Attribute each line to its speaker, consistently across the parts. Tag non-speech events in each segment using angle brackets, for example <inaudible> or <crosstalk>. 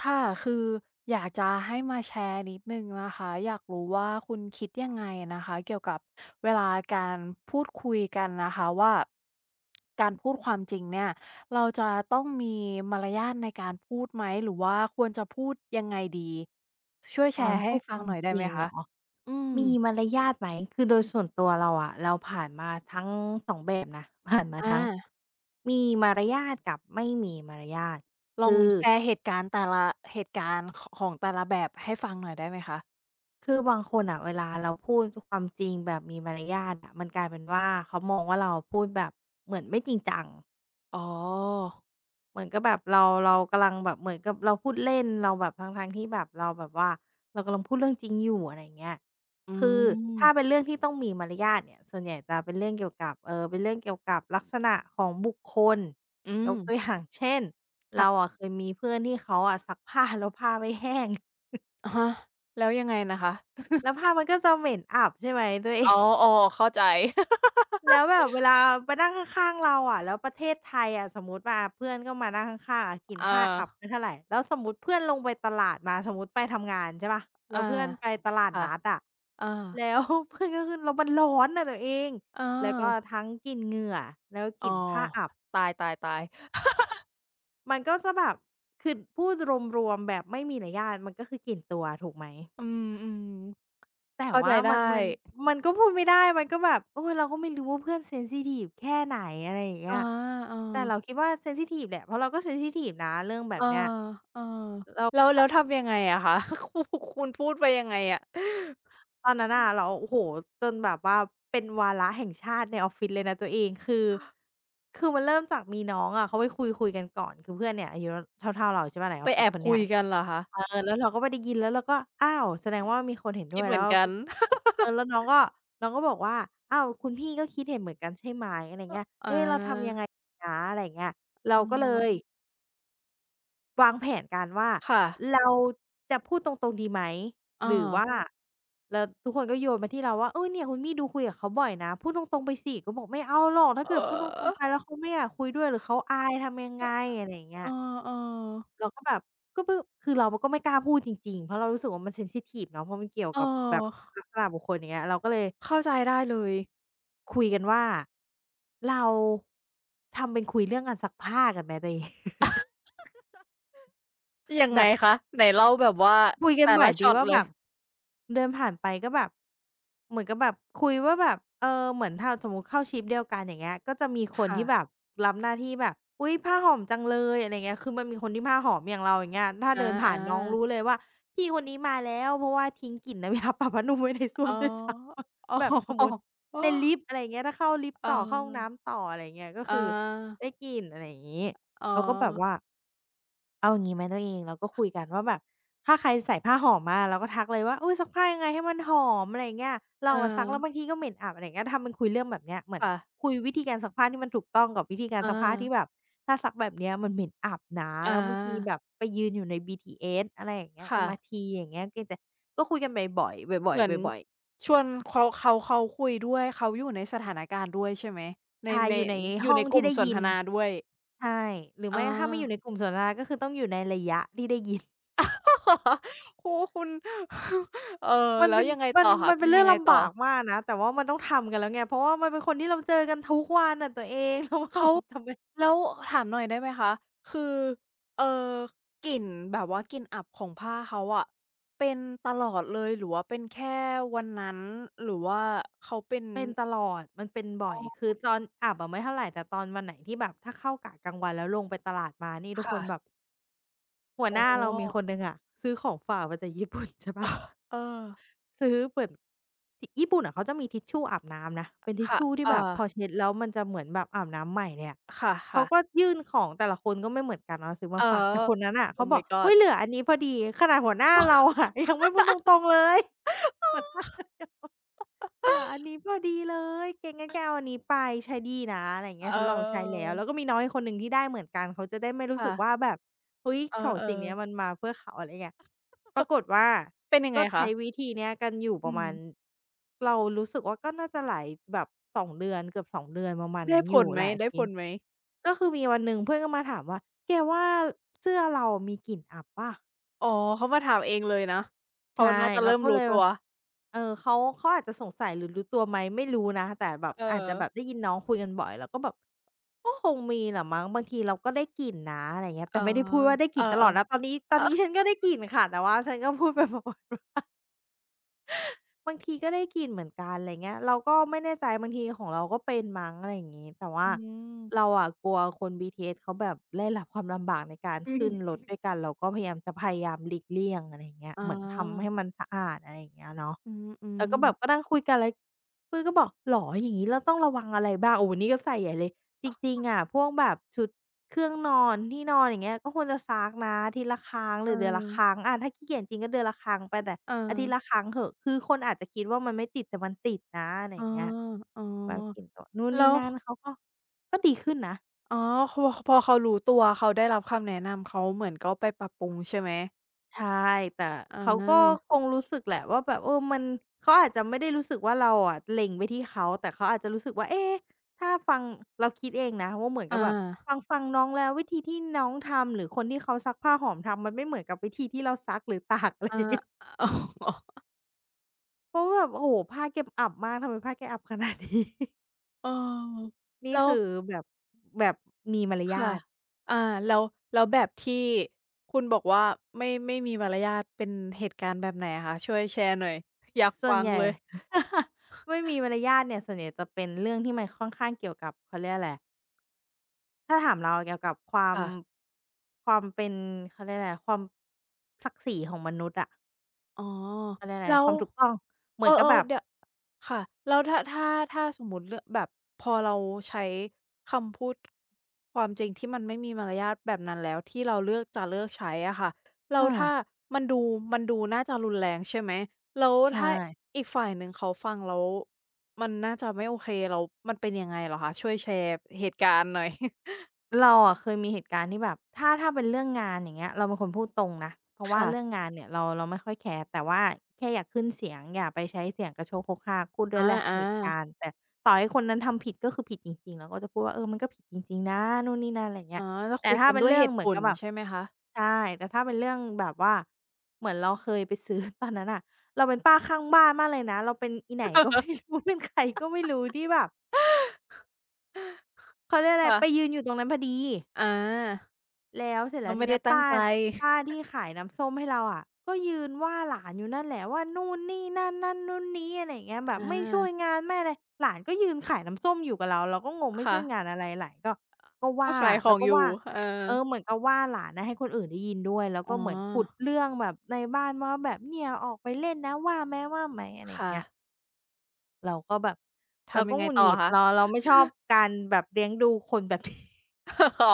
Speaker 1: ค่ะ คืออยากจะให้มาแชร์นิดหนึ่งนะคะ อยากรู้ว่าคุณคิดยังไงนะคะเกี่ยวกับเวลาการพูดคุยกันนะคะว่าการพูดความจริงเนี่ยเราจะต้องมารยาทในการพูดไหมหรือว่าควรจะพูดยังไงดีช่วย
Speaker 2: ต
Speaker 1: แช
Speaker 2: อน
Speaker 1: ร์ให้
Speaker 2: พูดค
Speaker 1: ฟัง
Speaker 2: วาม
Speaker 1: หน่อยได้
Speaker 2: จ
Speaker 1: ไห
Speaker 2: ริ
Speaker 1: ม
Speaker 2: งเหร
Speaker 1: คะ
Speaker 2: อ
Speaker 1: อืม
Speaker 2: มีมารยาทไหมคือโดยส่วนตัวเราอะเราผ่านมาทั้ง2แบบนะ <laughs> ผ่านมา
Speaker 1: อา
Speaker 2: ทั้งมีมารยาทกับไม่มีมารยาท
Speaker 1: ลอ
Speaker 2: คื
Speaker 1: ง
Speaker 2: อ
Speaker 1: แชร์เหตุการณ์แต่ละเหตุการณ์ขของแต่ละแบบให้ฟังหน่อยได้ไหมคะ
Speaker 2: คือบางคนน่ะเวลาเราพูดความจริงแบบมีมารยาทอะมันกลายเป็นว่าเขามองว่าเราพูดแบบเหมือนไม่จริงจัง
Speaker 1: อ๋อ
Speaker 2: เหมือนกับแบบเรากำลังแบบเหมือนกับเราพูดเล่นเราแบบทั้งๆที่แบบเราแบบว่าเรากำลังพูดเรื่องจริงอยู่อะไรอย่างเงี้ย
Speaker 1: อื
Speaker 2: คือถ้า
Speaker 1: ม
Speaker 2: เป็นเรื่องที่ต้องมีมารยาทเนี่ยส่วนใหญ่จะเป็นเรื่องเกี่ยวกับเป็นเรื่องเกี่ยวกับลักษณะของบุคคล
Speaker 1: อื
Speaker 2: ย
Speaker 1: ม
Speaker 2: กตัวอย่าง <laughs> เช่นเรา
Speaker 1: ค่ะ
Speaker 2: อะเคยมีเพื่อนที่เขาอะซักผ้าแล้วผ้าไม่แห้ง
Speaker 1: ฮะแล้วยังไงนะคะ
Speaker 2: แล้วผ้ามันก็จะเหม็นอับใช่ไหมตัวเอ
Speaker 1: อ๋
Speaker 2: ง
Speaker 1: ออ๋อเข้าใจ <laughs>
Speaker 2: แล้วแบบเวลาไปนั่งข้างๆเราอะแล้วประเทศไทยอะสมมุติว่าเพื่อนก็มานั่งข้างๆอะกลิน
Speaker 1: อา
Speaker 2: ผ้าอับไม่เท่าไรแล้วสมมุติเพื่อนลงไปตลาดมาสมมุติไปทำงานใช่เปล่าแล้
Speaker 1: อา
Speaker 2: วเพื่อนไปตลาด
Speaker 1: ค่ะ
Speaker 2: นัดอะ
Speaker 1: อา
Speaker 2: แล้ว <laughs> เพื่อนก็ขึ้นแล้วมันร้อนน่ะตัวเอง
Speaker 1: เ
Speaker 2: แล้วก็
Speaker 1: ออ
Speaker 2: ทั้งกลิ่นเหงื่อแล้วก
Speaker 1: อ๋อ
Speaker 2: ลิ่นผ้าอับ
Speaker 1: ตายๆๆ
Speaker 2: มันก็จะแบบคือพูดรวมๆแบบไม่มีนัยยะมันก็คือกลิ่นตัวถูกไหม
Speaker 1: <laughs> อืม
Speaker 2: แต่
Speaker 1: ๆเข้าใจ
Speaker 2: ว่า
Speaker 1: ได้
Speaker 2: มันมันก็พูดไม่ได้มันก็แบบโอยเราก็ไม่รู้ว่าเพื่อนเซนซิทิฟแค่ไหนอะไรอย่างเงี้
Speaker 1: อา
Speaker 2: ย
Speaker 1: เออ
Speaker 2: แต่เราคิดว่าเซนซิทิฟแหละเพราะเราก็เซนซิทิฟนะเรื่องแบ
Speaker 1: เอ
Speaker 2: บ
Speaker 1: อ
Speaker 2: เนี้ย
Speaker 1: เออ
Speaker 2: เรา
Speaker 1: แล้วทำยังไงอะคะ <laughs> คุณพูดไปยังไงอะ
Speaker 2: ตอนนั้นน่ะเราโอ้โฮจนแบบว่าเป็นวาระแห่งชาติในออฟฟิศเลยนะตัวเองคือมันเริ่มจากมีน้องอะเขาไปคุยๆกันก่อนคือเพื่อนเนี่ยอายุเท่าๆเราใช่เปล่าในอ
Speaker 1: ไป
Speaker 2: อฟฟิ
Speaker 1: แอ
Speaker 2: ศ
Speaker 1: บ
Speaker 2: คนเนี้
Speaker 1: คุ
Speaker 2: ย
Speaker 1: ยกันเหรอคะ
Speaker 2: เออแล้วเราก็ไม่ได้ยินแล้วเราก็อ้าวแสดงว่ามีคนเห็นด้
Speaker 1: คิ
Speaker 2: ว
Speaker 1: ด
Speaker 2: ย
Speaker 1: เห
Speaker 2: แล้
Speaker 1: มื
Speaker 2: ว
Speaker 1: อนกั
Speaker 2: ป
Speaker 1: น <laughs>
Speaker 2: เออแล้วน้องก็บอกว่าอ้าวคุณพี่ก็คิดเห็นเหมือนกันใช่ไหมอะไรเงี้ย
Speaker 1: อ
Speaker 2: เอ๊ะเราทำยัง
Speaker 1: า
Speaker 2: ไงดีนะอะไรอย่างเงี้ยเรา
Speaker 1: อ๋
Speaker 2: ก็เลย
Speaker 1: อ
Speaker 2: วางแผนกันว่า
Speaker 1: ค่ะ
Speaker 2: เราจะพูดตรงๆดีไหม
Speaker 1: อ
Speaker 2: หรือว่า
Speaker 1: า
Speaker 2: แล้วทุกคนก็โยนมาที่เราว่าเออเนี่ยคุณพี่ดูคุยกับเขาบ่อยนะพูดตรงๆไปสิก็บอกไม่เอาหรอกถ้า
Speaker 1: เอ
Speaker 2: เกิดพูดตรงๆ
Speaker 1: อ
Speaker 2: ไปแล้วเขาไม่อยากคุยด้วยหรือเขาอายทำยังไงอะไรอย่างเงี้ย
Speaker 1: เออๆ
Speaker 2: เราก็แบบก็เพิ่งคือเราก็ไม่กล้าพูดจริงๆ เพราะเรารู้สึกว่ามันเซนซิทิฟเนาะเพราะมันเกี่ยว
Speaker 1: เ
Speaker 2: กับแบบ
Speaker 1: ออ
Speaker 2: ลักษณะบุคคลอย่างเงี้ยเราก็เลย
Speaker 1: เข้าใจได้เลย
Speaker 2: คุยกันว่าเราทำเป็นคุยเรื่องการซักผ้ากันไหมตัวเอง <laughs>
Speaker 1: ยัง
Speaker 2: แบ
Speaker 1: ไง
Speaker 2: บ
Speaker 1: คะไหนเล่าแบบว่า
Speaker 2: คุยกัน
Speaker 1: แต่
Speaker 2: บ่อ
Speaker 1: ละ
Speaker 2: ยดี
Speaker 1: ช็อต
Speaker 2: ว่า
Speaker 1: เล
Speaker 2: แบ
Speaker 1: ย
Speaker 2: บเดินผ่านไปก็แบบเหมือนกับแบบคุยว่าแบบเออเหมือนถ้าสมมุติเข้าชิฟต์เดียวกันอย่างเงี้ยก็จะมีคน
Speaker 1: ค่ะ
Speaker 2: ที่แบบรับหน้าที่แบบอุ๊ยผ้าหอมจังเลยอะไรเงี้ยคือมันมีคนที่ผ้าหอมอย่างเราอย่างเงี้ยถ้า
Speaker 1: อ
Speaker 2: เดินผ่านน้อง
Speaker 1: า
Speaker 2: รู้เลยว่าพี่คนนี้มาแล้วเพราะว่าทิ้งกลิ่นน้ำยาปรับผ้านุ่มไว้ในส้
Speaker 1: ๆ
Speaker 2: ว
Speaker 1: อ๋
Speaker 2: ม
Speaker 1: อ
Speaker 2: ด้วยซ้ำ
Speaker 1: อ
Speaker 2: <laughs> แบบสม
Speaker 1: ๋อ
Speaker 2: มุติใน
Speaker 1: <laughs>
Speaker 2: ลิฟต์อะไรอย่างเงี้ยถ้าเข้าลิฟต์
Speaker 1: อา
Speaker 2: ต่อเข้าห้องน้ำต่ออะไรอย่างเงี้ยก็
Speaker 1: ออ
Speaker 2: คือได้
Speaker 1: า
Speaker 2: กลิ่นอะไรอย่างงี้
Speaker 1: อ๋อ
Speaker 2: เราก็แบบว่า เอาอย่างนี้ไหมตัวเองเราก็คุยกันว่าแบบถ้าใครใส่ผ้าหอมมาเราก็ทักเลยว่าอุ๊ยซักผ้ายังไงให้มันหอมอะไรอเงี้ย
Speaker 1: เอ
Speaker 2: เรา
Speaker 1: อ
Speaker 2: อะซักแล้วบางทีก็เหม็นอับอะไรเงี้ยทำเป็นคุยเรื่องแบบเนี้ยเหมือน
Speaker 1: ค่ะ
Speaker 2: คุยวิธีการซักผ้าที่มันถูกต้องกับวิธีการซั
Speaker 1: อา
Speaker 2: กผ้าที่แบบถ้าซักแบบเนี้ยมันเหม็นอับนะ
Speaker 1: อา
Speaker 2: แล้วบางทีแบบไปยืนอยู่ในบีทีเอสอะไรอย่างเงี้ย
Speaker 1: ค่ะ
Speaker 2: MRT อมอาร์ทีอย่างเงี้ยก็จะก็คุยกันบ่อยๆบ่อย
Speaker 1: เหมือน
Speaker 2: ๆบ่อยๆ
Speaker 1: ชวนเขาคุยด้วยเขาอยู่ในสถานการณ์ด้วยใช่ไหมใน
Speaker 2: ใชายอยู่ใน
Speaker 1: อยู่
Speaker 2: ห้อ
Speaker 1: ใน
Speaker 2: ง
Speaker 1: ก
Speaker 2: ที่
Speaker 1: ลุ่ม
Speaker 2: ได้
Speaker 1: สน
Speaker 2: ยิ
Speaker 1: ท
Speaker 2: น
Speaker 1: นาด้วย
Speaker 2: ใช่หรือไม่
Speaker 1: อา
Speaker 2: ถ้าไม่อยู่ในกลุ่มสนทนาก็คือต้องอยู่ในระยะที่ได้ยิน
Speaker 1: <laughs> โอ้โฮคุณ <laughs> เออ
Speaker 2: มัน
Speaker 1: แล้ว
Speaker 2: เป็น
Speaker 1: ยังไง
Speaker 2: มัน
Speaker 1: ต่อคะ
Speaker 2: มันเป็
Speaker 1: เป็
Speaker 2: น
Speaker 1: น
Speaker 2: เรื่อ
Speaker 1: ยั
Speaker 2: ง
Speaker 1: งไง
Speaker 2: ลำ
Speaker 1: ต่
Speaker 2: บา
Speaker 1: อ
Speaker 2: กมากนะแต่ว่ามันต้องทำกันแล้วไงเพราะว่ามันเป็นคนที่เราเจอกันทุกวันอะตัวเอง <laughs> เราก็แบ
Speaker 1: เขา
Speaker 2: บทำไม
Speaker 1: แล้วถามหน่อยได้ไหมคะคือเอ่อกลิ่นแบบว่ากลิ่นอับของผ้าเขาอะเป็นตลอดเลยหรือว่าเป็นแค่วันนั้นหรือว่าเขาเป็น
Speaker 2: เป็นตลอดมันเป็นบ่
Speaker 1: อ๋
Speaker 2: อยคื
Speaker 1: อ
Speaker 2: อตอนอาบอะไม่เท่าไรแต่ตอนวันไหนที่แบบถ้าเข้ากะกลางวันแล้วลงไปตลาดมานี่ทุกคนแบบ
Speaker 1: ค่ะ
Speaker 2: หัว
Speaker 1: อ๋
Speaker 2: ห
Speaker 1: อ
Speaker 2: น้าเรามีคนหนึ่งอะซื้อของฝากมาจากญี่ปุ่นใช่เปล่า
Speaker 1: เออ
Speaker 2: ซื้อเปิดนที่ญี่ปุ่นอะเขาจะมีทิชชู่อาบน้ำนะเป็นทิช
Speaker 1: ค่ะ
Speaker 2: ชู่ที่
Speaker 1: เออ
Speaker 2: แบบพอเช็ดแล้วมันจะเหมือนแบบอาบน้ำใหม่เลยอะ
Speaker 1: ค
Speaker 2: เขา
Speaker 1: ่ะ
Speaker 2: ก็ยื่นของแต่ละคนก็ไม่เหมือนกันเนาะซื้อ
Speaker 1: ๆ
Speaker 2: มา
Speaker 1: เออ
Speaker 2: ฝากแต่คนนั้นน่ะเขา
Speaker 1: Oh
Speaker 2: บอก
Speaker 1: my
Speaker 2: อุ๊
Speaker 1: god
Speaker 2: ยเหลืออันนี้พอดีขนาดหัวหน้าเราอะ <laughs> ยังไม่พูดตรงๆเลย เหลืออันนี้พอดีเลยเกงงั้นแกเอาอันนี้ไปใช้ดีนะอะไรอย่าง
Speaker 1: เ
Speaker 2: เงี้ยฉันลองใช้แล้
Speaker 1: ออ
Speaker 2: วแล้วก็มีน้องอีกคนหนึ่งที่ได้เหมือนกันเขาจะได้ไม่รู้สึ
Speaker 1: ค่ะ
Speaker 2: กว่าแบบเฮ้ย
Speaker 1: เอ
Speaker 2: ของสิ่ง
Speaker 1: อ
Speaker 2: เนี้ย
Speaker 1: ๆ
Speaker 2: มันมาเพื่อเขาอะไรเงี้ยปรากฏว่า
Speaker 1: เป็นยัง
Speaker 2: ก็
Speaker 1: ไงคะ
Speaker 2: ใช้วิธีเนี้ยกันอยู่ป
Speaker 1: อื
Speaker 2: ระมา
Speaker 1: ม
Speaker 2: ณเรารู้สึกว่าก็น่าจะหลายแบบสองเดือนเกือบสองเดือนประมาณ
Speaker 1: ได้
Speaker 2: นั้น
Speaker 1: ผ
Speaker 2: อยู่
Speaker 1: ลไหม
Speaker 2: หลายอาทิตย์ก็คือมีวันหนึ่งเพื่อนก็มาถามว่าแกว่าเสื้อเรามีกลิ่นอับเปล่า
Speaker 1: อ๋อเขามาถามเองเลยนะเขา
Speaker 2: ใช่
Speaker 1: น่าจะ
Speaker 2: เรา
Speaker 1: เริ่ม
Speaker 2: ก็เล
Speaker 1: รู้
Speaker 2: ย
Speaker 1: ตัว
Speaker 2: เออเขาอาจจะสงสัยหรือรู้ตัวไหมไม่รู้นะแต่แบบ
Speaker 1: เออ
Speaker 2: อาจจะแบบได้ยินน้องคุยกันบ่อยเราก็แบบก็คงมีแหละมั้งบางทีเราก็ได้กลิ่นนะอะไรอย่างเงี้ย
Speaker 1: อ๋
Speaker 2: แต่
Speaker 1: อ
Speaker 2: ไม่ได้พูดว่าได้ก
Speaker 1: เอ
Speaker 2: ลิ่
Speaker 1: อ
Speaker 2: นต
Speaker 1: ๆ
Speaker 2: ลอดนะตอนนี้ตอ
Speaker 1: เอ
Speaker 2: น
Speaker 1: อ
Speaker 2: นี้ฉันก็ได้กลิ่นค่ะแต่ว่าฉันก็พูดไปแบบว่า <laughs> บางทีก็ได้กลิ่นเหมือนกันอะไรเงี้ยเราก็ไม่แน่ใจบางทีของเราก็เป็นมั้งอะไรอย่างงี้แต่ว่า
Speaker 1: อื
Speaker 2: เรา
Speaker 1: ม
Speaker 2: อะกลัวคน BTS เขาแบบได้รับความลำบากในการ
Speaker 1: อื
Speaker 2: ขึ้นรถ
Speaker 1: ม
Speaker 2: ด้วยกันเราก็พยายามจะพยายามหลีกเลี่ยงอะไรอย่างเงี้ย
Speaker 1: อ๋อ
Speaker 2: เหมือนทำให้มันสะอาดอะไรอย่างเงี้ยเนาะ
Speaker 1: อื
Speaker 2: แล้วก็
Speaker 1: ม
Speaker 2: แบบก็
Speaker 1: ๆ
Speaker 2: นั่งคุยกันแล้วปื้อก็บอกเหรออย่างงี้เราต้องระวังอะไรบ้างโอ้โฮนี่ก็ใส่ใหญ่เลยจริงๆอะพวกแบบชุดเครื่องนอนที่นอนอย่างเงี้ยก็ควรจะซักนะอาทิตย์ละครั้งห
Speaker 1: เอ
Speaker 2: รือเดือนละ
Speaker 1: อ
Speaker 2: ครั้งอะถ้าขี้เกียจจริงๆก็เดือนละครั้งไปแต่
Speaker 1: เอ
Speaker 2: อาทิตย์ละ
Speaker 1: อ
Speaker 2: ครั้งเหอะคือคนอาจจะคิดว่ามันไม่ติดแต่มันติดนะอะไรอ
Speaker 1: อ๋อ
Speaker 2: ย่างเงี้ย
Speaker 1: อ๋อ
Speaker 2: แบบกลิ่นตัวนู่นนี่
Speaker 1: แล้ว
Speaker 2: นั่นเขาก็ดีขึ้นนะ
Speaker 1: อ๋อพอเขารู้ตัวเขาได้รับคำแนะนำเขาเหมือนก็ไปปรับปรุงใช่ไหม
Speaker 2: ใช่แต่
Speaker 1: อา
Speaker 2: เขาก็คงรู้สึกแหละว่าแบบเออมันเขาอาจจะไม่ได้รู้สึกว่าเราอะเล็งไปที่เขาแต่เขาอาจจะรู้สึกว่าเอ๊ะถ้าฟังเราคิดเองนะว่าเหมือนกับ
Speaker 1: อา
Speaker 2: แบบฟังน้องแล้ววิธีที่น้องทำหรือคนที่เขาซักผ้าหอมทำมันไม่เหมือนกับวิธีที่เราซักหรือตากอะไร
Speaker 1: อา
Speaker 2: อย่างเงี้ย
Speaker 1: อ๋อ
Speaker 2: เพราะแบบโอ้โฮผ้าแกอับมากทำไมผ้าแกอับขนาดนี้ <laughs>
Speaker 1: เออ
Speaker 2: นี่
Speaker 1: แล้ว
Speaker 2: คือแบบ <laughs> แบบมีมารยา
Speaker 1: ค่ะ
Speaker 2: ท
Speaker 1: อาแล้วแบบที่คุณบอกว่าไม่มีมารยาทเป็นเหตุการณ์แบบไหนอะคะช่วยแชร์หน่อยอยาก
Speaker 2: ส่วน
Speaker 1: ฟัง
Speaker 2: ใหญ่
Speaker 1: เลย
Speaker 2: <laughs> ไม่มีมารยาทเนี่ยส่วนใหญ่ <laughs> จะเป็นเรื่องที่มันค่อนข้างเกี่ยวกับเขาเรียกอะไร ถ้าถามเราเกี่ยวกับความ
Speaker 1: ค่ะ
Speaker 2: ความเป็นเขาเรียกอะไรความศักดิ์ศรีของมนุษย์อะ
Speaker 1: อ๋อ
Speaker 2: เขาเรียกอะไร
Speaker 1: แล้
Speaker 2: ค
Speaker 1: ว
Speaker 2: วามถูกต้องเห
Speaker 1: เอ
Speaker 2: มือน
Speaker 1: อ
Speaker 2: กับแบบ
Speaker 1: ๆเดี๋ยวค่ะแล้วถ้าถ้าสมมุติเลือกแบบพอเราใช้คำพูดความจริงที่มันไม่มีมารยาทแบบนั้นแล้วที่เราเลือกจะเลือกใช้อะค่ะแล้
Speaker 2: อื
Speaker 1: ว
Speaker 2: ม
Speaker 1: ถ้ามันดูน่าจะรุนแรงใช่ไหมแล้ว
Speaker 2: ใช
Speaker 1: ถ้า
Speaker 2: ่
Speaker 1: อีกฝ่ายหนึ่งเขาฟังแล้วมันน่าจะไม่โอเคแล้วมันเป็นยังไงเหรอคะช่วยแชร์เหตุการณ์หน่อย
Speaker 2: เราอะเคยมีเหตุการณ์ที่แบบถ้าเป็นเรื่องงานอย่างเงี้ยเราเป็นคนพูดตรงนะเพราะว่า
Speaker 1: ค่ะ
Speaker 2: เรื่องงานเนี่ยเราไม่ค่อยแคร์แต่ว่าแค่อยากขึ้นเสียงอย่าไปใช้เสียงกระโชกโฮกฮากพูดด้
Speaker 1: อ
Speaker 2: วยแหละเห
Speaker 1: า
Speaker 2: ตุการ
Speaker 1: ๆ
Speaker 2: ณ์แต่ต่อให้คนนั้นทำผิดก็คือผิดจริงๆเราก็จะพูดว่าเออมันก็ผิดจริงๆนะนู่นนี่นั่นอะไรอย่างเงี้
Speaker 1: อ๋อ
Speaker 2: ย
Speaker 1: แล้ว
Speaker 2: แต่
Speaker 1: คุย
Speaker 2: ถ้า
Speaker 1: กัน
Speaker 2: เป็น
Speaker 1: ด้วย
Speaker 2: เรื่อ
Speaker 1: เห
Speaker 2: ง
Speaker 1: ตุ
Speaker 2: เห
Speaker 1: ผ
Speaker 2: มือนกั
Speaker 1: ล
Speaker 2: บแบบ
Speaker 1: ใช่ไหมคะ
Speaker 2: ใช่แต่ถ้าเป็นเรื่องแบบว่าเหมือนเราเคยไปซื้อ <laughs> ตอนนั้นน่ะเราเป็นป้าข้างบ้านมากเลยนะเราเป็นอีไหนก็ไม่รู้ <laughs> เป็นใครก็ไม่รู้ที่แบบเขาเรียกอะไรไป
Speaker 1: ค่ะ
Speaker 2: ยืนอยู่ตรงนั้นพอดี
Speaker 1: อา
Speaker 2: แล้วเสร็จแล้
Speaker 1: เรา
Speaker 2: วที
Speaker 1: ไม่
Speaker 2: เนี้
Speaker 1: ได้
Speaker 2: ย
Speaker 1: ตั้ง
Speaker 2: ป้า
Speaker 1: ใจ
Speaker 2: ป้าที่ขายน้ำส้มให้เราอะก็ยืนว่าหลานอยู่นั่นแหละว่านู่นนี่นั่นนั่นนู่นนี้อะไรอย่างเงี้ยแบบ
Speaker 1: อา
Speaker 2: ไม่ช่วยงานไม่อะไรหลานก็ยืนขายน้ำส้มอยู่กับเราเราก็งงไม่ช่
Speaker 1: ค่ะ
Speaker 2: วยงานอะไรหลานก็
Speaker 1: ก็
Speaker 2: ว่า
Speaker 1: ขายข
Speaker 2: แล้
Speaker 1: อ
Speaker 2: ว
Speaker 1: ง
Speaker 2: ก็
Speaker 1: อยู่
Speaker 2: ว่า
Speaker 1: เออ
Speaker 2: เออเหมือนกับว่าหลานน่ะให้คนอื่นได้ยินด้วยแล้ว
Speaker 1: อ๋อ
Speaker 2: ก็เหมือนขุดเรื่องแบบในบ้านว่าแบบเนี่ยออกไปเล่นนะว่าแม่ว่าไหมอะไรอย่าง
Speaker 1: ค่ะ
Speaker 2: เงี้ยเราก็แบบเรา
Speaker 1: ทำ
Speaker 2: ก็
Speaker 1: ยัง
Speaker 2: ห
Speaker 1: ไง
Speaker 2: งุด
Speaker 1: ต่
Speaker 2: ห
Speaker 1: อ
Speaker 2: งิด
Speaker 1: คะ
Speaker 2: เราไม่ชอบการแบบเลี้ยงดูคนแบบนี้
Speaker 1: <laughs> อ๋อ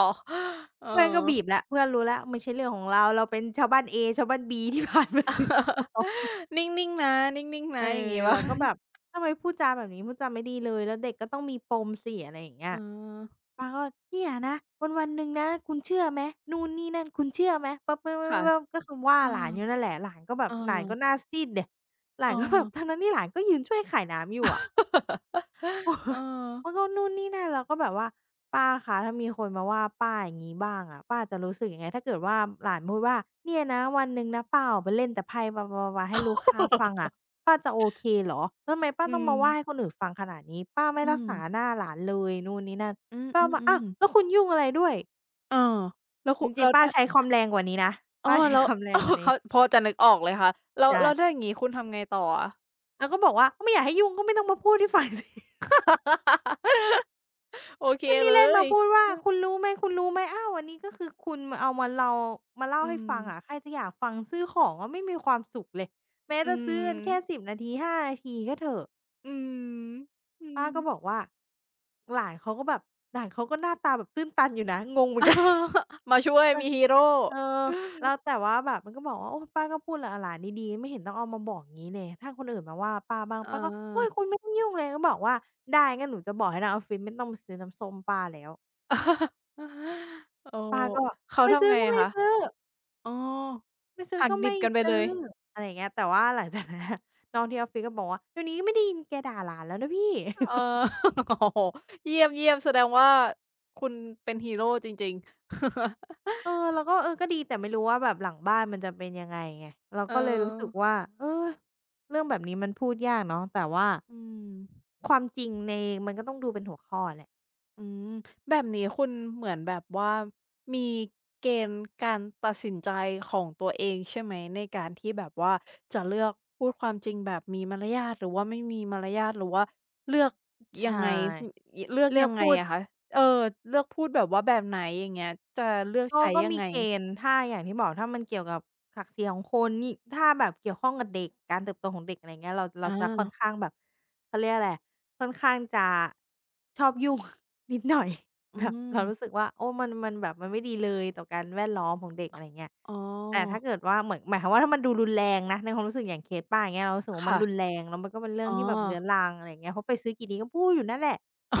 Speaker 1: เออ
Speaker 2: เพื่อนก็บีบแล้วเพื่อนรู้แล้วไม่ใช่เรื่องของเราเราเป็นชาวบ้านเอชาวบ้านบีที่ <laughs> ผ่านมาซื้อของ
Speaker 1: <laughs> นิ่งๆนะนิ่งๆ
Speaker 2: เอ
Speaker 1: นะอย่าง
Speaker 2: อ
Speaker 1: งี้เปล่า
Speaker 2: เราก็แบบทำไมพูดจาแบบนี้พูดจาไม่ดีเลยแล้วเด็กก็ต้องมีปมสิอะไรอย่างเงี้ย
Speaker 1: เออ
Speaker 2: ป้าก็เนี่ยนะวันๆหนึ่งนะคุณเชื่อไหมนู่นนี่นั่นคุณเชื่อไหมปั๊บๆ
Speaker 1: ค่ะ
Speaker 2: ๆๆก็คือว่า
Speaker 1: เออ
Speaker 2: หลานอยู่นั่นแหละหลานก็แบ
Speaker 1: เออ
Speaker 2: บหลานก็หน้าซีดดิหลา
Speaker 1: เอ
Speaker 2: นก็แบ
Speaker 1: อ
Speaker 2: บทั้งๆที่หลานก็ยืนช่วยขายน้ำอยู่อะ <laughs> โอ้
Speaker 1: <laughs> เออ
Speaker 2: มันก็นู่นนี่นั่นเราก็แบบว่าป้าคะถ้ามีคนมาว่าป้าอย่างงี้บ้างอะป้าจะรู้สึกยังไงถ้าเกิดว่าหลานพูดว่าเนี่ยนะวันหนึ่งนะป้าออกไปเล่นแต่ไพ่บลาๆๆๆให้ลูกค้าฟังอะป้าจะโอเคเหรอแล้วทำไมป้า
Speaker 1: อื
Speaker 2: ต้องมาว่าให้ค
Speaker 1: ม
Speaker 2: นอื่นฟังขนาดนี้ป้าไม่
Speaker 1: อื
Speaker 2: รัก
Speaker 1: ม
Speaker 2: ษาหน้าหลานเลยนู่นนี่นั่น
Speaker 1: อื
Speaker 2: ป้าบอกอ้า
Speaker 1: ม
Speaker 2: ว
Speaker 1: ๆ
Speaker 2: แล้ว
Speaker 1: ๆ
Speaker 2: คุณยุ่งอะไรด้วย
Speaker 1: เออแล้ว
Speaker 2: จ
Speaker 1: คุณ
Speaker 2: ริ
Speaker 1: แล้
Speaker 2: ง
Speaker 1: ว
Speaker 2: ๆป้า
Speaker 1: ถ้า
Speaker 2: ใช้ความแรงกว่านี้นะ
Speaker 1: อ้อ
Speaker 2: ป้าใช้
Speaker 1: แล้
Speaker 2: ค
Speaker 1: ว
Speaker 2: วามแร
Speaker 1: <laughs> อ้
Speaker 2: ง
Speaker 1: อ
Speaker 2: กว่านี้
Speaker 1: เขาพอจะนึกออกเลยค่ะแล้ว
Speaker 2: ใช่
Speaker 1: ถ้าอย่างงี้คุณทำไงต่ออะ
Speaker 2: เราก็บอกว่าก็ไม่อยากให้ยุ่งก็ไม่ต้องมาพูดให้ฟัง <laughs> สิ
Speaker 1: <laughs> โอเค
Speaker 2: ว็นนี้
Speaker 1: เล
Speaker 2: เลย
Speaker 1: ย
Speaker 2: มาพูดว่า
Speaker 1: อื
Speaker 2: คุณรู้ไหมคุณรู้ไหมอ้าววันนี้ก็คือคุณมาเอามาเรามาเล่า
Speaker 1: ม
Speaker 2: ให้ฟังอะใครจะอยากฟังซื้อของก็ไม่มีความสุขเลยแม้
Speaker 1: อื
Speaker 2: จะซื้อกัน
Speaker 1: ม
Speaker 2: แค่10นาที5นาทีก็เถอะ
Speaker 1: อืมอื
Speaker 2: ป้า
Speaker 1: ม
Speaker 2: ก็บอกว่าหลานเขาก็แบบหลานเขาก็หน้าตาแบบตื้นตันอยู่นะงงเหมื
Speaker 1: <laughs>
Speaker 2: อ
Speaker 1: อ๋
Speaker 2: น
Speaker 1: อ
Speaker 2: กัน
Speaker 1: มาช่วยมีฮีโร่
Speaker 2: เออ
Speaker 1: <laughs>
Speaker 2: แล้วแต่ว่าแบบมันก็บอกว่าโอ้ป้าก็พูดกับหลานดีๆไม่เห็นต้องเอามาบอกงี้เลยถ้าคนอื่นมาว่าป้าบ้าง
Speaker 1: อา
Speaker 2: ป้าก็โอ๊ยคุณไม่ต้องยุ่งเลยก็บอกว่าได้งั้นหนูจะบอกให้ทางออฟฟิศไม่ต้องมาซื้อน้ำส้มป้าแล้ว
Speaker 1: โออ
Speaker 2: ป้าก็
Speaker 1: เขา
Speaker 2: ไม่ซื้
Speaker 1: ทำ
Speaker 2: อ
Speaker 1: ไง
Speaker 2: ก็
Speaker 1: อะ
Speaker 2: ไม่
Speaker 1: คะ
Speaker 2: ซื้อ
Speaker 1: อ๋อ
Speaker 2: ไม่ซื้อ
Speaker 1: หัก
Speaker 2: ก็
Speaker 1: ดิ
Speaker 2: ไม่
Speaker 1: บกันไป
Speaker 2: ซื้
Speaker 1: เล
Speaker 2: อ
Speaker 1: ย
Speaker 2: อะไรอย่างเงี้ยแต่ว่าหลังจากนั้น <laughs> น้องที่ออฟฟิศก็บอกว่าเดี๋ยวนี้ไม่ได้ยินแกด่าหลานแล้วนะพี่
Speaker 1: เอ
Speaker 2: <laughs>
Speaker 1: อ <laughs> โอ้โฮเยี่ยมๆแสดงว่าคุณเป็นฮีโร่จริงๆ <laughs>
Speaker 2: เออเราก็เออก็ดีแต่ไม่รู้ว่าแบบหลังบ้านมันจะเป็นยังไงไงเรา
Speaker 1: เออ
Speaker 2: ก็เลยรู้สึกว่าเออเรื่องแบบนี้มันพูดยากเนาะแต่ว่า
Speaker 1: อืม
Speaker 2: ความจริงในมันก็ต้องดูเป็นหัวข้อแหละ
Speaker 1: อืมแบบนี้คุณเหมือนแบบว่ามีเกณฑ์การตัดสินใจของตัวเองใช่ไหมในการที่แบบว่าจะเลือกพูดความจริงแบบมีมารยาทหรือว่าไม่มีมารยาทหรือว่าเลือกยังไง
Speaker 2: ใช่
Speaker 1: อเลือก
Speaker 2: เลือ
Speaker 1: ยั
Speaker 2: ก
Speaker 1: งไง
Speaker 2: พูด
Speaker 1: อะคะเออเลือกพูดแบบว่าแบบไหนอย่างเงี้ยจะเลือก
Speaker 2: ก็
Speaker 1: ใช้
Speaker 2: ก็
Speaker 1: ยัง
Speaker 2: มี
Speaker 1: ไง
Speaker 2: เกณฑ์ถ้าอย่างที่บอกถ้ามันเกี่ยวกับศักดิ์ศรีของคนนี่ถ้าแบบเกี่ยวข้องกับเด็กการเติบโตของเด็กอะไรเงี้ยเราเรา
Speaker 1: อา
Speaker 2: จะค่อนข้างแบบเขาเรียกอะไรค่อนข้างจะชอบยุ่ง <laughs> นิดหน่อย
Speaker 1: อื
Speaker 2: แบบเรารู้สึก
Speaker 1: ม
Speaker 2: ว่าโอ้มันมันแบบมันไม่ดีเลยต่อการแวดล้อมของเด็กอะไรเงี้ย
Speaker 1: อ๋อ
Speaker 2: แต่ถ้าเกิดว่าเหมือนหมายความว่าถ้ามันดูรุนแรงนะในความรู้สึกอย่างเคสป้าอย่างเงี้ยเรารู้สึกว่ามัน
Speaker 1: ค่ะ
Speaker 2: รุนแรงแล้วมันก็เป็นเรื่อง
Speaker 1: อ๋อ
Speaker 2: ที่แบบเรื้อรังอะไรอเงี้ยเพราะไปซื้อกี่ทีก็พูดอยู่นั่นแหละ
Speaker 1: <laughs> อ๋อ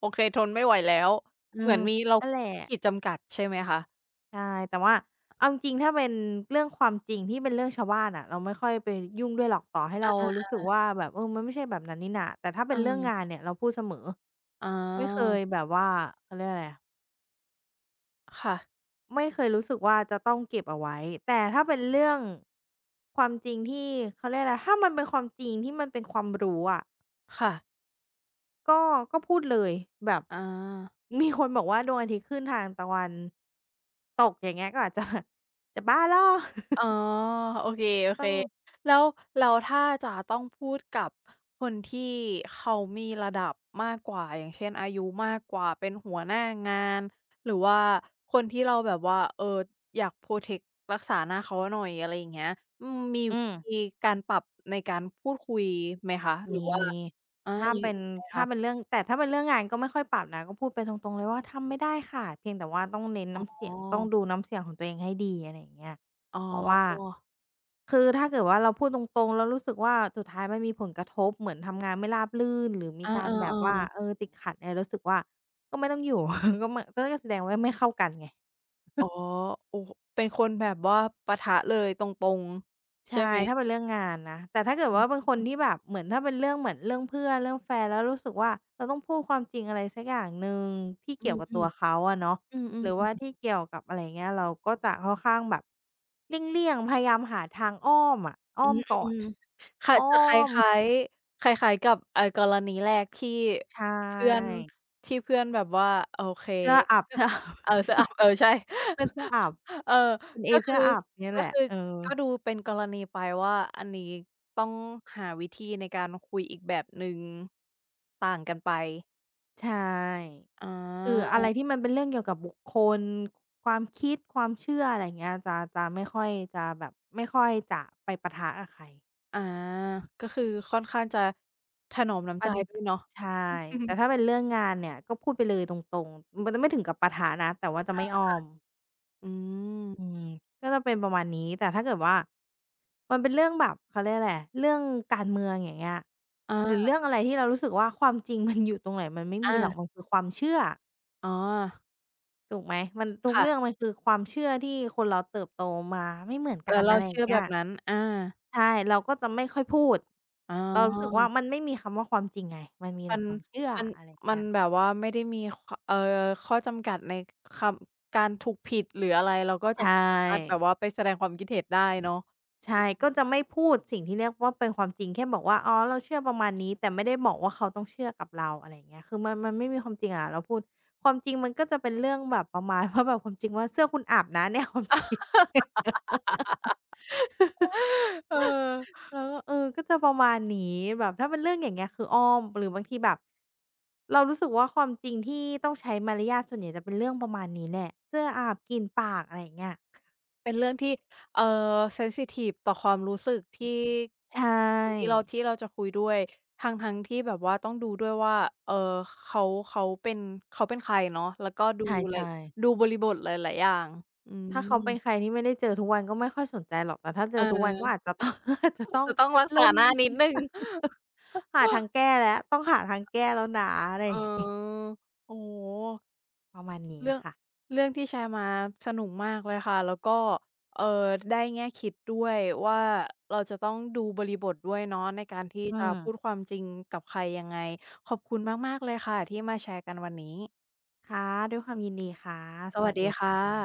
Speaker 1: โอเคทนไม่ไหวแล้ว
Speaker 2: เอ
Speaker 1: เหมือ
Speaker 2: อ
Speaker 1: นมีเรา
Speaker 2: นั่นแหละ
Speaker 1: มีขีดจำกัดใช่ไหมคะ
Speaker 2: ใช่ แต่ว่าเอาจริงๆถ้าเป็นเรื่องความจริงที่เป็นเรื่องชาวบ้านอะเราไม่ค่อยไปยุ่งด้วยหรอกต่อให้เรา
Speaker 1: อา
Speaker 2: รู้สึกว่าแบบเออมันไม่ใช่แบบนั้นนี่นาแต่ถ้าเป็
Speaker 1: เอ
Speaker 2: นเรื่อง
Speaker 1: อ
Speaker 2: งานเนี่ยเราพูดเสมอ
Speaker 1: อ๋อ
Speaker 2: ไม่เคยแบบว่าเขาเรียกอะไรอะ
Speaker 1: ค่ะ
Speaker 2: ไม่เคยรู้สึกว่าจะต้องเก็บเอาไว้แต่ถ้าเป็นเรื่องความจริงที่เขาเรียกอะไรถ้ามันเป็นความจริงที่มันเป็นความรู้อะ
Speaker 1: ค่ะ
Speaker 2: ก็ก็พูดเลยแบบ
Speaker 1: อา
Speaker 2: <laughs> มีคนบอกว่าดวงอาทิตย์ขึ้นทางตะวันตกอย่างเงี้ยก็อาจจะ <laughs> แบบจะบ้าเหรอ <laughs>
Speaker 1: อ๋อโอเ
Speaker 2: ก็
Speaker 1: ค
Speaker 2: ต้อง
Speaker 1: ๆแล้วถ้าจะต้องพูดกับคนที่เขามีระดับมากกว่าอย่างเช่นอายุมากกว่าเป็นหัวหน้างานหรือว่าคนที่เราแบบว่าเอออยากโพรเทกต์รักษาหน้าเขาหน่อยอะไรอย่างเงี้ยอืมมี
Speaker 2: อื
Speaker 1: วิ
Speaker 2: ม
Speaker 1: ธีการปรับในการพูดคุยไหมคะหรือว่า
Speaker 2: มี
Speaker 1: อา
Speaker 2: ๆถ้า
Speaker 1: ยัง
Speaker 2: เป็น
Speaker 1: ยังไง
Speaker 2: ถ้า
Speaker 1: คะ
Speaker 2: เป็นเรื่องแต่ถ้าเป็นเรื่องงานก็ไม่ค่อยปรับนะก็พูดไปตรงๆเลยว่าทำไม่ได้ค่ะเพียงแต่ว่าต้องเน้น
Speaker 1: อ๋
Speaker 2: น้ำเสี
Speaker 1: อ
Speaker 2: ยงต้องดูน้ำเสียงของตัวเองให้ดีอะไรอย่างเงี้ย
Speaker 1: อ๋
Speaker 2: เพราะว่า
Speaker 1: อ
Speaker 2: คือถ้าเกิดว่าเราพูดตรงๆแล้วรู้สึกว่าสุดท้ายมันมีผลกระทบเหมือนทำงานไม่ราบรื่นหรือมี
Speaker 1: อา
Speaker 2: การแบบว่า
Speaker 1: ๆๆ
Speaker 2: เออติดขัดเนี่ยรู้สึกว่าก็ไม่ต้องอยู่ <laughs> ก็ไมก็แสดงว่าไม่เข้ากันไง
Speaker 1: อ๋อโอ้โฮเป็นคนแบบว่าปะทะเลยตรงๆ
Speaker 2: ใช่
Speaker 1: ใช่ไหม
Speaker 2: ถ้าเป็นเรื่องงานนะแต่ถ้าเกิด
Speaker 1: อื
Speaker 2: ว่าเป็น
Speaker 1: ม
Speaker 2: คนที่แบบเหมือนถ้าเป็นเรื่องเหมือนเรื่องเพื่อนเรื่องแฟนแล้วรู้สึกว่าเราต้องพูดความจริงอะไรสักอย่างหนึ่งที่
Speaker 1: อื
Speaker 2: เกี่ยว
Speaker 1: ม
Speaker 2: กับ
Speaker 1: อื
Speaker 2: ตั
Speaker 1: ม
Speaker 2: วเขาอะเนาะ
Speaker 1: อืม
Speaker 2: หรือ
Speaker 1: อื
Speaker 2: ว่า
Speaker 1: ม
Speaker 2: ที่เกี่ยวกับอะไรอย่างเงี้ยเราก็จะค่อนข้างแบบเลี่ยงๆพยายามหาทางอ้อมอะอ้
Speaker 1: อื
Speaker 2: อมก่อ
Speaker 1: ม
Speaker 2: น
Speaker 1: ๆค่ะ
Speaker 2: อ้อ
Speaker 1: จะค
Speaker 2: ม
Speaker 1: ล้ายๆคล้ายๆกับกรณีแรกที่
Speaker 2: ใช
Speaker 1: เพื่อน
Speaker 2: ่
Speaker 1: แบบว่าโอเค
Speaker 2: เสื้ออับ
Speaker 1: <laughs>
Speaker 2: <laughs>
Speaker 1: ก็
Speaker 2: เสื้ออับ
Speaker 1: เออสอา <laughs> เออใช่
Speaker 2: เป็นเสื้ออับ
Speaker 1: <laughs> เออ
Speaker 2: เป็น
Speaker 1: ก็
Speaker 2: เสื้
Speaker 1: คื
Speaker 2: อ
Speaker 1: อ
Speaker 2: อับเนี่ย
Speaker 1: ก็
Speaker 2: แหละ
Speaker 1: คือ
Speaker 2: เออ
Speaker 1: ก็ดูเป็นกรณีไปว่าอันนี้ต้องหาวิธีในการคุยอีกแบบหนึ่งต่างกันไป
Speaker 2: ใช่
Speaker 1: อา
Speaker 2: คืออะไรที่มันเป็นเรื่องเกี่ยวกับบุคคลความคิดความเชื่ออะไรอย่างเงี้ยจะไม่ค่อยจะแบบไม่ค่อยจะไปปะทะกับใคร
Speaker 1: อาก็คือค่อนข้างจะถนอมน้ำ
Speaker 2: อั
Speaker 1: ใจ
Speaker 2: นนี้ป
Speaker 1: ด้วยเนาะ
Speaker 2: ใช่
Speaker 1: อือฮึ
Speaker 2: แต่ถ้าเป็นเรื่องงานเนี่ยก็พูดไปเลยตรงๆมันจะไม่ถึงกับปะทะนะแต่ว่าจะไม่อ้อม
Speaker 1: อืม
Speaker 2: อืมก็จะเป็นประมาณนี้แต่ถ้าเกิดว่ามันเป็นเรื่องแบบเขาเรียกอะไรอะเรื่องการเมืองอย่างเงี้ยหรือ
Speaker 1: อา
Speaker 2: เรื่องอะไรที่เรารู้สึกว่าความจริงมันอยู่ตรงไหนมันไม่มี
Speaker 1: อา
Speaker 2: หรอกมันคือความเชื่อ
Speaker 1: อ๋อ
Speaker 2: ถูกไหมมันทุกเรื่อง
Speaker 1: ค่ะ
Speaker 2: มันคือความเชื่อที่คนเราเติบโตมาไม่เหมือนกั
Speaker 1: แล้
Speaker 2: น
Speaker 1: ว
Speaker 2: อะ
Speaker 1: เรา
Speaker 2: ไรอย่า
Speaker 1: เชื่
Speaker 2: ง
Speaker 1: อ
Speaker 2: เงี้
Speaker 1: แบ
Speaker 2: ย
Speaker 1: บนั้นอา
Speaker 2: ใช่เราก็จะไม่ค่อยพูด
Speaker 1: อ๋
Speaker 2: เรารู้สึก
Speaker 1: อ
Speaker 2: ว่ามันไม่มีคำว่าความจริงไงมันมี
Speaker 1: มั
Speaker 2: แต่
Speaker 1: น
Speaker 2: ความเชื่อ
Speaker 1: มัน
Speaker 2: อะไรอย่างเงี้ย
Speaker 1: แบบว่าไม่ได้เอ่อข้อจำกัดในคำการถูกผิดหรืออะไรเราก็จะ
Speaker 2: ใช่
Speaker 1: ไม่สามารถแบบว่าไปแสดงความคิดเห็นได้เนาะ
Speaker 2: ใช่ก็จะไม่พูดสิ่งที่เรียกว่าเป็นความจริงแค่บอกว่าอ๋อเราเชื่อประมาณนี้แต่ไม่ได้บอกว่าเขาต้องเชื่อกับเราอะไรอย่างเงี้ยคือมันไม่มีความจริงอะเราพูดความจริงมันก็จะเป็นเรื่องแบบประมาณ <laughs> ว่าแบบความจริงว่าเสื้อคุณอาบนะเนี่ยความจริง
Speaker 1: เออ
Speaker 2: แล้วก็เออก็จะประมาณนี้แบบถ้าเป็นเรื่องอย่างเงี้ยคืออ้อมหรือบางทีแบบเรารู้สึกว่าความจริงที่ต้องใช้มารยาทส่วนใหญ่จะเป็นเรื่องประมาณนี้แหละเสื้ออาบกลิ่นปากอะไรอย่างเงี้ย
Speaker 1: เป็นเรื่องที่เอ่อเซนซิทิฟต่อความรู้สึกที่
Speaker 2: ใช
Speaker 1: กับคนที่
Speaker 2: ่
Speaker 1: เราจะคุยด้วยทั้งๆที่แบบว่าต้องดูด้วยว่าเอ่อเขาเป็นใครเนาะแล้วก็หลาย
Speaker 2: ใช่
Speaker 1: ดู
Speaker 2: ๆ
Speaker 1: บริบทหลายๆอย่างอื
Speaker 2: ถ้าเขาเป็นใค
Speaker 1: ม
Speaker 2: รที่ไม่ได้เจอทุกวันก็ไม่ค่อยสนใจหรอกแต่ถ้าเจ
Speaker 1: เ
Speaker 2: อทุกวันก็อาจ
Speaker 1: ออ
Speaker 2: จะต้อง <laughs> อาจจะต้อง
Speaker 1: จะต้องรัก
Speaker 2: เริ่
Speaker 1: ษา
Speaker 2: ม
Speaker 1: หน้านิดหนึ่ง
Speaker 2: หาทางแก้แล้วต้องหาทางแก้แล้วนะอะไร
Speaker 1: เ
Speaker 2: อย่างงี้
Speaker 1: ออโอ้โฮ
Speaker 2: ประมาณนี้
Speaker 1: เรื่อง
Speaker 2: ค่ะ
Speaker 1: ที่แชร์มาสนุกมากเลยค่ะแล้วก็เอ่อได้แง่คิดด้วยว่าเราจะต้องดูบริบทด้วยเนาะในการที่
Speaker 2: อื
Speaker 1: จะ
Speaker 2: ม
Speaker 1: พูดความจริงกับใครยังไงขอบคุณมากๆเลยค่ะที่มาแชร์กันวันนี้
Speaker 2: ค่ะด้วยความยินดีค่ะ
Speaker 1: ส
Speaker 2: ส
Speaker 1: วั
Speaker 2: วั
Speaker 1: ส
Speaker 2: ส
Speaker 1: ดี
Speaker 2: ดี
Speaker 1: ค่ะ
Speaker 2: ค่ะ